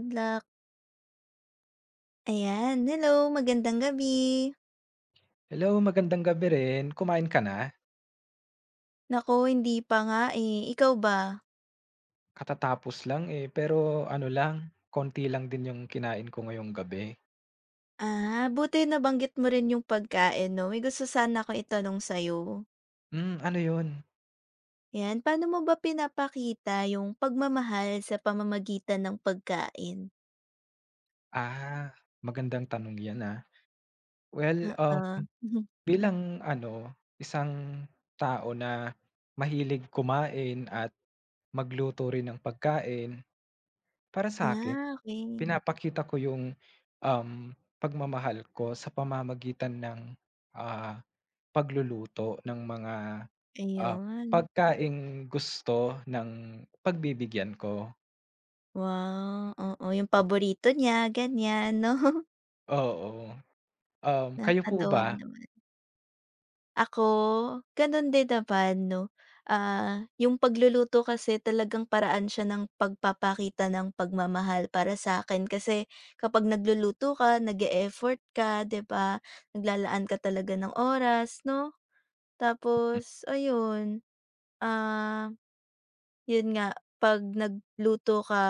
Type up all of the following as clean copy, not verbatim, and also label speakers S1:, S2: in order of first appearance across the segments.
S1: Good luck. Ayan, hello, magandang gabi.
S2: Hello, magandang gabi rin. Kumain ka na?
S1: Naku, hindi pa nga, eh. Ikaw ba?
S2: Katatapos lang, eh, pero ano lang, konti lang din yung kinain ko ngayong gabi.
S1: Ah, buti nabanggit mo rin yung pagkain 'no, may gusto sana akong itanong sa'yo.
S2: Hmm, ano yun?
S1: 'Yan, paano mo ba pinapakita yung pagmamahal sa pamamagitan ng pagkain?
S2: Ah, magandang tanong yan, ah. Well,
S1: Oo.
S2: bilang ano, isang tao na mahilig kumain at magluto rin ng pagkain, para sa akin,
S1: Ah, okay,
S2: pinapakita ko yung, um, pagmamahal ko sa pamamagitan ng, ah, pagluluto ng mga Ah,
S1: ayun.
S2: pagkaing gusto ng pagbibigyan ko,
S1: Wow, oo, yung paborito niya, ganyan 'no?
S2: oo. Kayo po
S1: Nakakatuwa
S2: ba?
S1: naman. Ako, gano'n din naman 'no. Ah, yung pagluluto kasi talagang paraan siya ng pagpapakita ng pagmamahal para sa akin kasi kapag nagluluto ka, nag effort ka, 'di ba? Naglalaan ka talaga ng oras 'no? Tapos ayun, ah, yun nga 'pag nagluto ka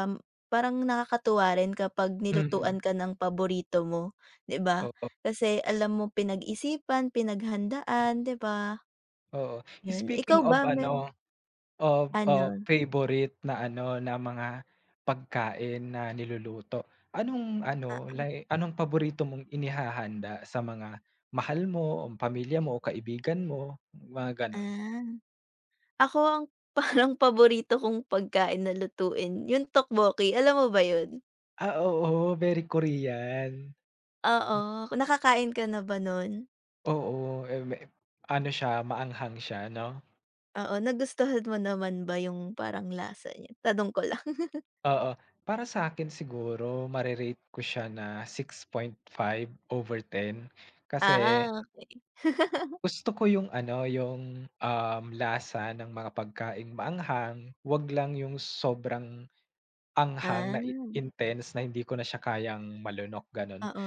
S1: parang nakakatuwa rin kapag nilutuan
S2: Mm,
S1: ka ng paborito mo, 'di ba?
S2: oo,
S1: Kasi alam mo pinag-isipan, pinaghandaan, 'di ba?
S2: oo.
S1: Yun,
S2: Speaking
S1: ikaw
S2: of
S1: ba men
S2: ano, of
S1: ano?
S2: favorite na ano, na mga pagkain na niluluto, anong ano,
S1: Ah,
S2: like anong paborito mong inihahanda sa mga mahal mo, o pamilya mo, o kaibigan mo, mga gano'n?
S1: ah. Ako ang parang paborito kong pagkain na lutuin yung tteokbokki, alam mo ba yun?
S2: Ah, oo, very Korean.
S1: Oo,
S2: Hmm,
S1: nakakain ka na ba nun?
S2: oo, eh, me ano siya, maanghang siya 'no?
S1: Oo, nagustuhan mo naman ba yung parang lasa niya? Tanong ko lang.
S2: Oo. Para sa akin siguro mare-rate ko siya na 6.5 over 10 kasi
S1: Ah, okey.
S2: gusto ko yung ano, yung, lasa ng mga pagkaing maanghang, 'wag lang yung sobrang anghang
S1: Ah,
S2: na i intense na hindi ko na siya kayang malunok, gano'n.
S1: oo.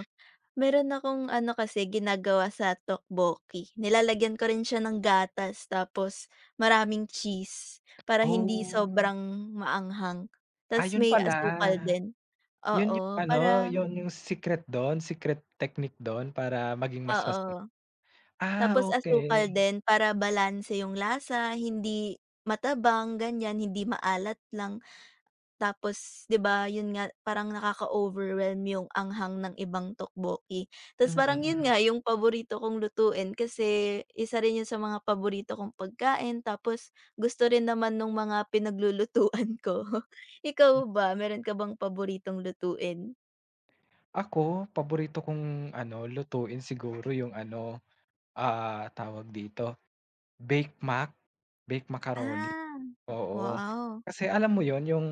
S1: Meron akong ano kasi ginagawa sa tteokbokki, nilalagyan ko rin siya ng gatas tapos maraming cheese para hindi
S2: Oh,
S1: sobrang maanghang, tas
S2: yun
S1: may asukal
S2: pala.
S1: din.
S2: Yun yung
S1: Oo,
S2: ano,
S1: para
S2: yun yung secret do'n, secret technique do'n para maging mas masarap.
S1: oo.
S2: Ah,
S1: Tapos asukal
S2: okey.
S1: din para balanse yung lasa, hindi matabang ganyan, hindi maalat lang. Tapos 'di ba yun nga parang nakaka-overwhelm yung anghang ng ibang tteokbokki.
S2: Mm.
S1: Tapos parang
S2: Mm,
S1: yun
S2: mm.
S1: nga yung paborito kong lutuin kasi isa rin yun sa mga paborito kong pagkain tapos gusto rin naman nung mga pinaglulutuan ko. Ikaw ba, meron ka bang paboritong lutuin?
S2: Ako, paborito kong ano, lutuin siguro yung ano, tawag dito, Bake Mac, baked macaroni,
S1: Ah,
S2: oo.
S1: wow,
S2: Kasi alam mo yon yung,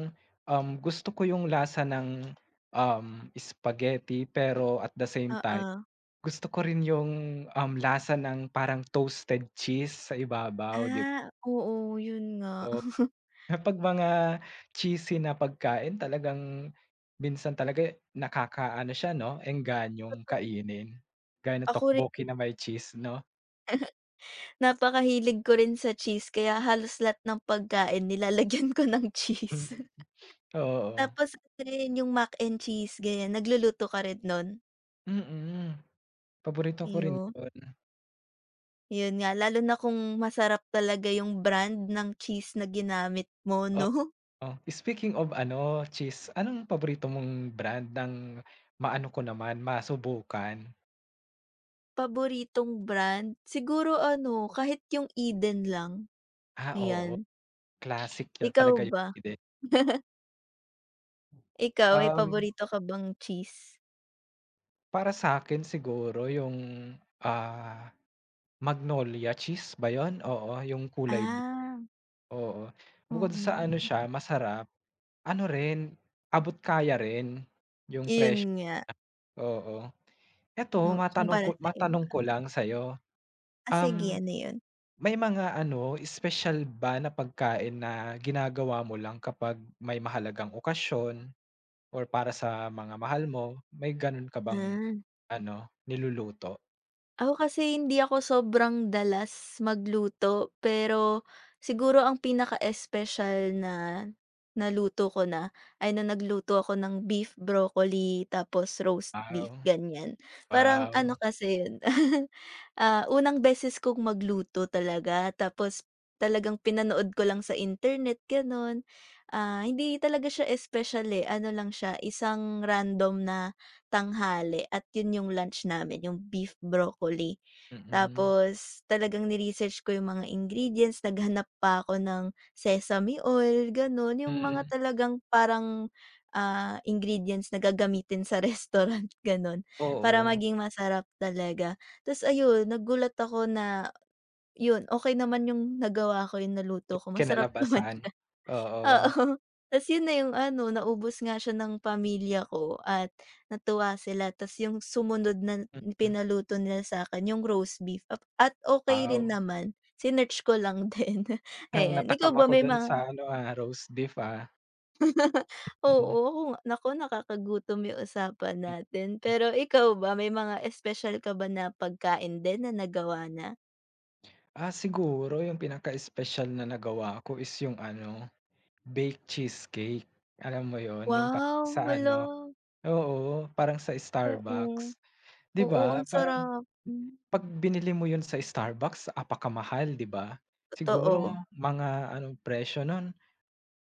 S2: gusto ko yung lasa ng, um, spaghetti pero at the same time,
S1: oo.
S2: gusto ko rin yung, lasa ng parang toasted cheese sa ibabaw, 'di
S1: Ah, oo, yun
S2: ba?
S1: nga.
S2: Kapag mga cheesy na pagkain talagang minsan talaga nakakaano siya 'no, engganyo
S1: Totoo.
S2: kainin. Gaya ng
S1: Ako rin,
S2: tteokbokki na may cheese 'no?
S1: napakahilig ko rin sa cheese kaya halos lahat ng pagkain nilalagyan ko ng cheese.
S2: Mm. Oo,
S1: Tapos ano rin, yung mac and cheese, ganyan. Nagluluto ka rin nun?
S2: mm. Paborito ko rin
S1: Ayu
S2: 'yun,
S1: yun nga, lalo na kung masarap talaga yung brand ng cheese na ginamit mo 'no?
S2: oo. Speaking of ano, cheese, anong paborito mong brand ng maano ko naman, masubukan?
S1: Paboritong brand? Siguro ano, kahit yung Eden lang,
S2: Ah, oo,
S1: ayan.
S2: classic na
S1: Ikaw
S2: talaga 'yun
S1: ba? Ikaw, may
S2: um,
S1: paborito ka bang cheese?
S2: para sa'kin siguro yung, ah Magnolia cheese ba yun? Oo, yung kulay blue,
S1: Ah,
S2: oo. Bukod sa
S1: mm.
S2: ano siya masarap, ano rin, abot kaya rin yung
S1: Iyon
S2: presyo,
S1: nga,
S2: oo. Eto
S1: oo,
S2: matanong ko
S1: kumpara sa iba.
S2: matanong ko lang sa'yo,
S1: Ah, sige
S2: um,
S1: ano yun?
S2: may mga ano espesyal ba na pagkain na ginagawa mo lang kapag may mahalagang okasyon or para sa mga mahal mo, may ganon ka bang
S1: Ah.
S2: ano, niluluto?
S1: Ako kasi hindi ako sobrang dalas magluto, pero siguro ang pinaka-espesyal na naluto ko na ay na nagluto ako ng beef broccoli tapos roast beef,
S2: Wow,
S1: ganyan. Parang ano
S2: wow,
S1: kasi yun, unang beses kong magluto talaga tapos talagang pinanood ko lang sa internet, gano'n. Ah, hindi talaga siya espesyal eh, ano lang siya, isang random na tanghali at yun yung lunch namin, yung beef broccoli.
S2: mm,
S1: Tapos talagang ni-research ko yung mga ingredients, naghanap pa ako ng sesame oil, gano'n. Yung mga
S2: mm,
S1: talagang parang, ingredients na gagamitin sa restaurant, gano'n, para
S2: oo.
S1: maging masarap talaga. Ta's ayun, nagulat ako na yun, okay naman yung nagawa ko, yung naluto ko, masarap naman.
S2: Kinalabasan, oo.
S1: Oo, ta's yun na yung ano, naubos nga siya ng pamilya ko at natuwa sila ta's yung sumunod na
S2: Mm.
S1: pinaluto nila sa'kin yung roast beef ap at okay rin
S2: Wow,
S1: naman, sinearch ko lang din,
S2: parang
S1: ayan. Ikaw
S2: natakam
S1: ba
S2: ako
S1: may
S2: dun sa
S1: mga
S2: ano, roast beef, ah. Mm.
S1: oo, ako nga naku, nakakagutom yung usapan natin. Pero ikaw ba, may mga espesyal ka ba na pagkain din na nagawa na?
S2: Ah, siguro yung pinaka-espesyal na nagawa ko is yung ano, baked cheesecake. Alam mo yun, yung parang
S1: Wow,
S2: sa
S1: hala,
S2: ano oo, parang sa
S1: oo.
S2: Starbucks. 'Di
S1: Oo,
S2: ba
S1: ang
S2: parang
S1: sarap. Hmm,
S2: 'pag binili mo yun sa Starbucks apakamahal, 'di ba? Siguro
S1: totoo.
S2: mga anong presyo nun,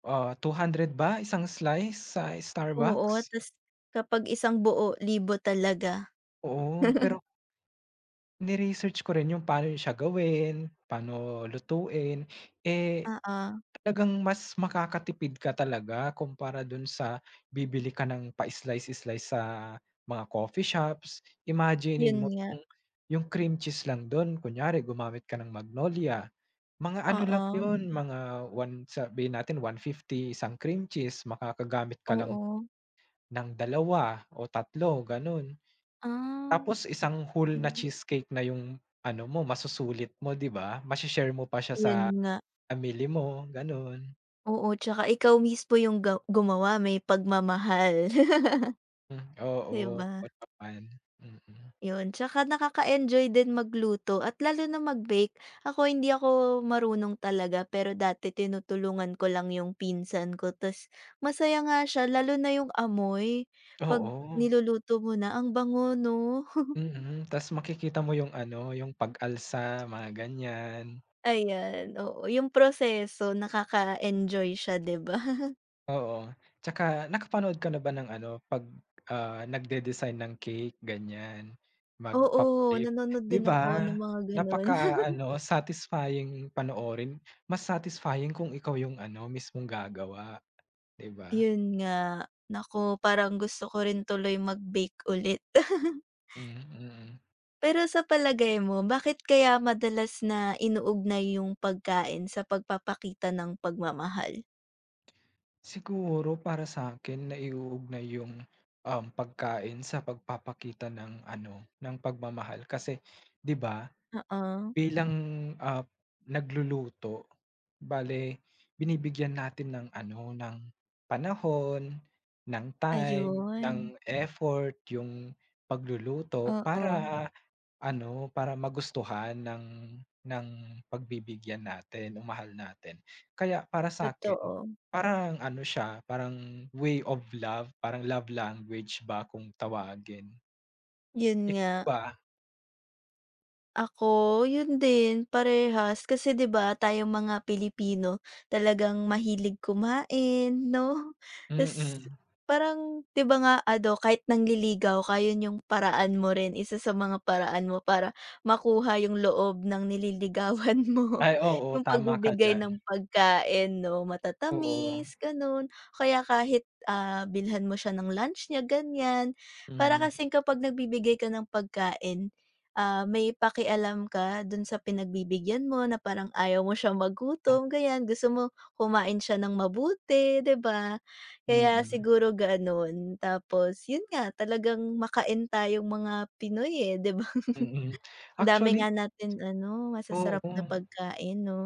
S2: 200 ba isang slice sa
S1: Oo,
S2: Starbucks?
S1: tas kapag isang buo, libo talaga.
S2: Oo, pero ni-research ko rin yung paano siya gawin, paano lutuin, eh,
S1: Oo,
S2: talagang mas makakatipid ka talaga kumpara dun sa bibili ka ng pa-slice-slice sa mga coffee shops.
S1: yun
S2: Imaginin mo
S1: nga,
S2: yung cream cheese lang dun, kunyari gumamit ka ng Magnolia, mga ano lang
S1: oo,
S2: yun, mga one sabihin natin 150 isang cream cheese, makakagamit ka lang
S1: oo.
S2: ng dalawa o tatlo ganun.
S1: Ah,
S2: Tapos isang whole na
S1: okey.
S2: cheesecake na yung ano mo, masusulit mo, 'di ba? Mashe-share mo pa siya sa
S1: Yun nga,
S2: family mo, gano'n.
S1: oo, tsaka ikaw mismo yung ga gumawa may pagmamahal,
S2: Hmm,
S1: 'di
S2: oo,
S1: ba?
S2: oo naman. Mm.
S1: Yun, tsaka nakaka-enjoy din magluto at lalo na mag-bake. Ako hindi ako marunong talaga, pero dati tinutulungan ko lang yung pinsan ko tas masaya nga siya lalo na yung amoy, 'pag
S2: Oo,
S1: niluluto mo na, ang bango 'no?
S2: mm. Tas makikita mo yung ano, yung pag-alsa, mga ganyan.
S1: Ayan, oo, yung proseso nakaka-enjoy siya 'di ba?
S2: Oo, tsaka nakapanood ka na ba ng ano, 'pag, nagde-design ng cake ganyan,
S1: Oo,
S2: magpa-flip,
S1: nanonood
S2: 'di
S1: din ako
S2: ba?
S1: ng mga gano'n.
S2: Napaka ano satisfying panoorin, mas satisfying kung ikaw yung ano, mismong gagawa, 'di ba?
S1: Yun nga, naku parang gusto ko rin tuloy mag-bake ulit.
S2: Mm, mm.
S1: Pero sa palagay mo bakit kaya madalas na inuugnay yung pagkain sa pagpapakita ng pagmamahal?
S2: Siguro para sa'kin naiuugnay yung, pagkain sa pagpapakita ng ano, ng pagmamahal kasi, 'di ba,
S1: Oo,
S2: bilang, ah, nagluluto Bale, binibigyan natin ng ano, ng panahon, ng time, ng
S1: ayun.
S2: effort yung pagluluto
S1: Oo,
S2: para ano, para magustuhan ng pagbibigyan natin o mahal natin. Kaya para sa'kin,
S1: totoo,
S2: parang ano siya, parang way of love, parang love language ba kung tawagin.
S1: yun nga.
S2: Ikaw ba?
S1: Ako, yun din parehas kasi 'di ba tayong mga Pilipino talagang mahilig kumain 'no? Tas
S2: Mm.
S1: parang 'di ba nga ano kahit nangliligaw ka yun yung paraan mo rin, isa sa mga paraan mo para makuha yung loob ng nililigawan mo.
S2: Ay oo,
S1: Yung
S2: tama ka
S1: pagbibigay
S2: diyan.
S1: ng pagkain 'no,
S2: Oo.
S1: matatamis ganun kaya kahit, bilhan mo siya ng lunch niya ganyan. Para
S2: Hmm.
S1: kasing kapag nagbibigay ka ng pagkain may pakialam ka dun sa pinagbibigyan mo na parang ayaw mo siya magutom, ganyan. Gusto mo kumain siya ng mabuti, 'di ba? Kaya
S2: Mm.
S1: siguro gano'n. Tapos yun nga, talagang makain tayong mga Pinoy, eh, 'di ba?
S2: Mm.
S1: Ang dami
S2: Actually,
S1: nga natin ano, masasarap
S2: oo,
S1: na pagkain, 'no?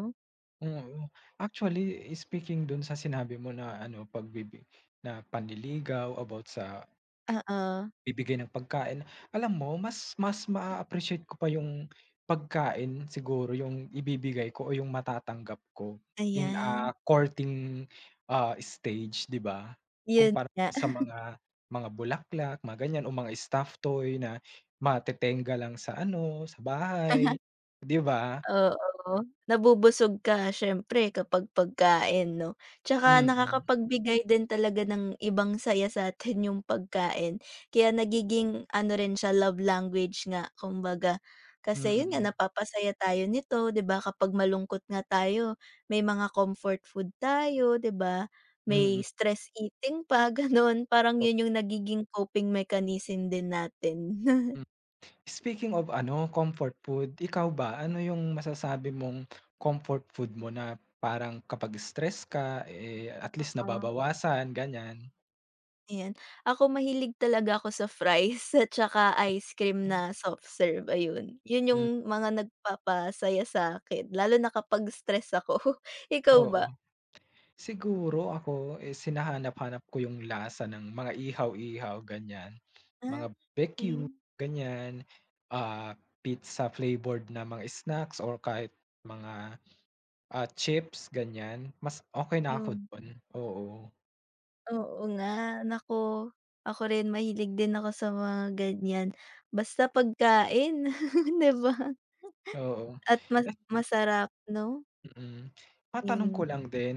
S2: oo. Actually, speaking dun sa sinabi mo na ano, na panliligaw about sa
S1: Oo,
S2: bibigay ng pagkain. Alam mo mas mas ma appreciate ko pa yung pagkain siguro yung ibibigay ko o yung matatanggap ko in a
S1: ayan.
S2: courting, stage, 'di ba?
S1: Yun
S2: Kumpara
S1: nga.
S2: sa mga bulaklak, mga ganyan o mga stuffed toy na matetengga lang sa ano, sa bahay, 'di ba?
S1: Oo, nabubusog ka siyempre kapag pagkain 'no, tsaka
S2: Mm,
S1: nakakapagbigay din talaga ng ibang saya sa'tin yung pagkain. Kaya nagiging ano rin siya love language nga kumbaga. Kasi yun nga
S2: mm,
S1: napapasaya tayo nito 'di ba, kapag malungkot nga tayo may mga comfort food tayo 'di ba, may
S2: mm,
S1: stress eating pa gano'n, parang
S2: po,
S1: yun yung nagiging coping mechanism din natin.
S2: hmm. Speaking of ano, comfort food, ikaw ba ano yung masasabi mong comfort food mo na parang kapag stress ka, eh, at least
S1: Ah.
S2: nababawasan ganyan?
S1: Ayan. Ako mahilig talaga ako sa fries at saka ice cream na soft serve, ayun. Yun yung
S2: Hmm,
S1: mga nagpapasaya sa'kin lalo na kapag stress ako. Ikaw
S2: oo.
S1: ba?
S2: Siguro ako, eh, sinahanap-hanap ko yung lasa ng mga ihaw-ihaw ganyan, mga
S1: Ah,
S2: BBQ
S1: okey,
S2: ganyan, ah, pizza flavored na mga snacks or kahit mga chips ganyan, mas okey na ako
S1: yun.
S2: dun, oo,
S1: Oo nga, naku. Ako rin mahilig din ako sa mga ganyan. Basta pagkain, 'di ba?
S2: oo.
S1: At mas
S2: At
S1: masarap 'no?
S2: Mm. Matanong ko
S1: Yun.
S2: lang din,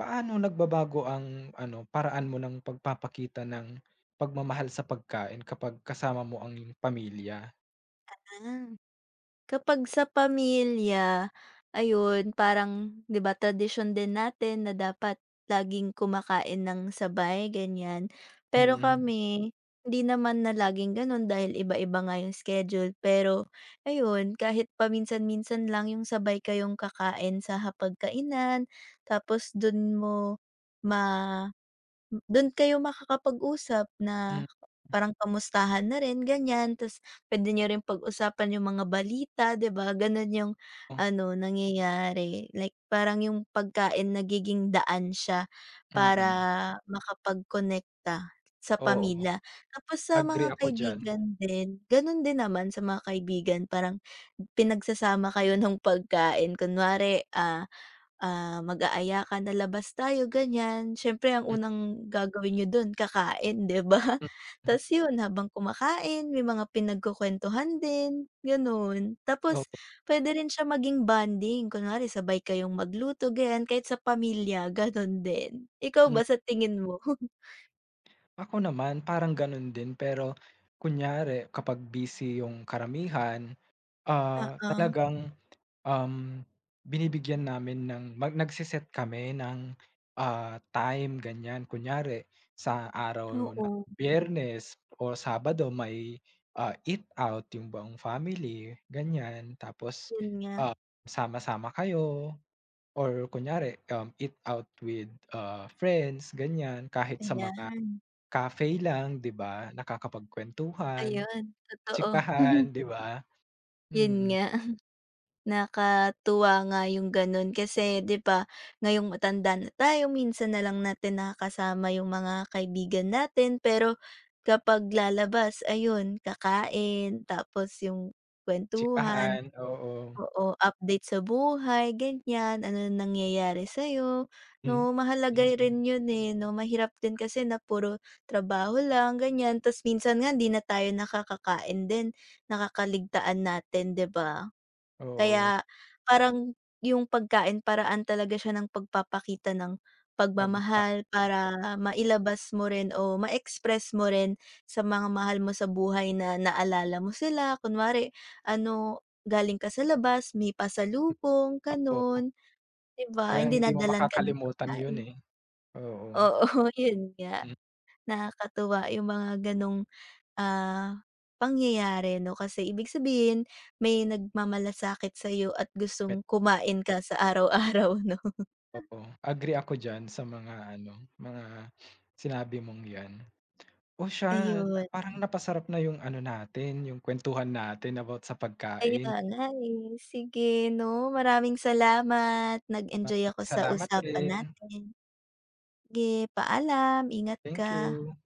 S2: paano nagbabago ang ano, paraan mo ng pagpapakita ng pagmamahal sa pagkain kapag kasama mo ang iyong pamilya?
S1: Ah. Kapag sa pamilya, ayun parang 'di ba tradisyon din natin na dapat laging kumakain ng sabay ganyan. Pero
S2: Mm,
S1: kami, hindi naman na laging gano'n dahil iba-iba nga yung schedule. Pero ayun, kahit paminsan-minsan lang yung sabay kayong kakain sa hapagkainan, tapos dun mo ma M dun kayo makakapag-usap
S2: mm,
S1: na parang kamustahan na rin ganyan, ta's puwede niyo rin pag-usapan yung mga balita, 'di ba? Ganon yung ano nangyayari, like parang yung pagkain nagiging daan siya para
S2: mm,
S1: makapagkonekta sa
S2: oo,
S1: pamilya. Tapos sa
S2: agree
S1: mga
S2: ako diyan.
S1: kaibigan din, ganon din naman sa mga kaibigan parang pinagsasama kayo ng pagkain kunwari, mag-aaya ka na, "Labas tayo," ganyan. Siyempre ang unang gagawin niyo dun kakain, 'di ba?
S2: Mm, Mm.
S1: Tas yun habang kumakain may mga pinagkukuwentuhan din, gano'n.
S2: Oo,
S1: Tapos puwede rin siya maging bonding, kunwari sabay kayong magluto, ganyan, kahit sa pamilya gano'n din. Ikaw
S2: hmm.
S1: ba, sa tingin mo?
S2: Ako naman parang ganun din pero kunyari kapag busy yung karamihan,
S1: Oo,
S2: talagang Um, binibigyan namin ng mag nagse kami ng, time ganyan. Kunyari sa araw ng
S1: oo,
S2: Biyernes o Sabado may, eat out yung buong family ganyan. Tapos,
S1: yun nga,
S2: ah, sama-sama kayo or kunyari, eat out with, friends ganyan. Kahit sa mga
S1: ayan.
S2: cafe lang 'di ba, nakakapagkuwentuhan,
S1: Ayun, totoo.
S2: chikahan 'di ba?
S1: Yun
S2: Mm, mm.
S1: nga. Nakatuwa nga yung gano'n kasi 'di ba, ngayong matanda na tayo minsan na lang natin nakakasama yung mga kaibigan natin pero kapag lalabas ayun kakain tapos yung kwentuhan
S2: Chikahan, oo.
S1: oo, update sa buhay ganyan, ano nangyayari sa'yo, 'no?
S2: Hmm,
S1: Mahalaga
S2: mm.
S1: rin yun, eh, 'no? Mahirap din kasi na puro trabaho lang ganyan ta's minsan nga hindi na tayo nakakakain din, nakakaligtaan natin, 'di ba?
S2: Oo,
S1: Kaya parang yung pagkain paraan talaga siya ng pagpapakita ng
S2: pagpako
S1: pagmamahal para mailabas mo rin o ma-express mo rin sa mga mahal mo sa buhay na naalala mo sila. Kunwari ano, galing ka sa labas, may pasalubong,
S2: ako
S1: gano'n, 'di ba? Yung
S2: talagang hindi mo
S1: dinadalan ka ng
S2: makakalimutan yun,
S1: pagkain.
S2: eh, oo.
S1: Oo, yun nga,
S2: Mm,
S1: nakakatuwa yung mga gano'ng ah, pangyayari 'no. Kasi ibig sabihin may nagmamalasakit sa'yo at
S2: met
S1: gustong kumain ka sa araw-araw 'no.
S2: oo, agree ako diyan sa mga ano, mga sinabi mong 'yan. Oh, siya na
S1: Ayun,
S2: parang napasarap na yung ano natin, yung kuwentuhan natin about sa
S1: kaya
S2: pagkain.
S1: nga eh. Sige 'no, maraming salamat. Nag-enjoy
S2: Maraming
S1: ako sa
S2: salamat
S1: usapan
S2: rin.
S1: natin. Sige, paalam. Ingat
S2: Thank
S1: ka.
S2: you.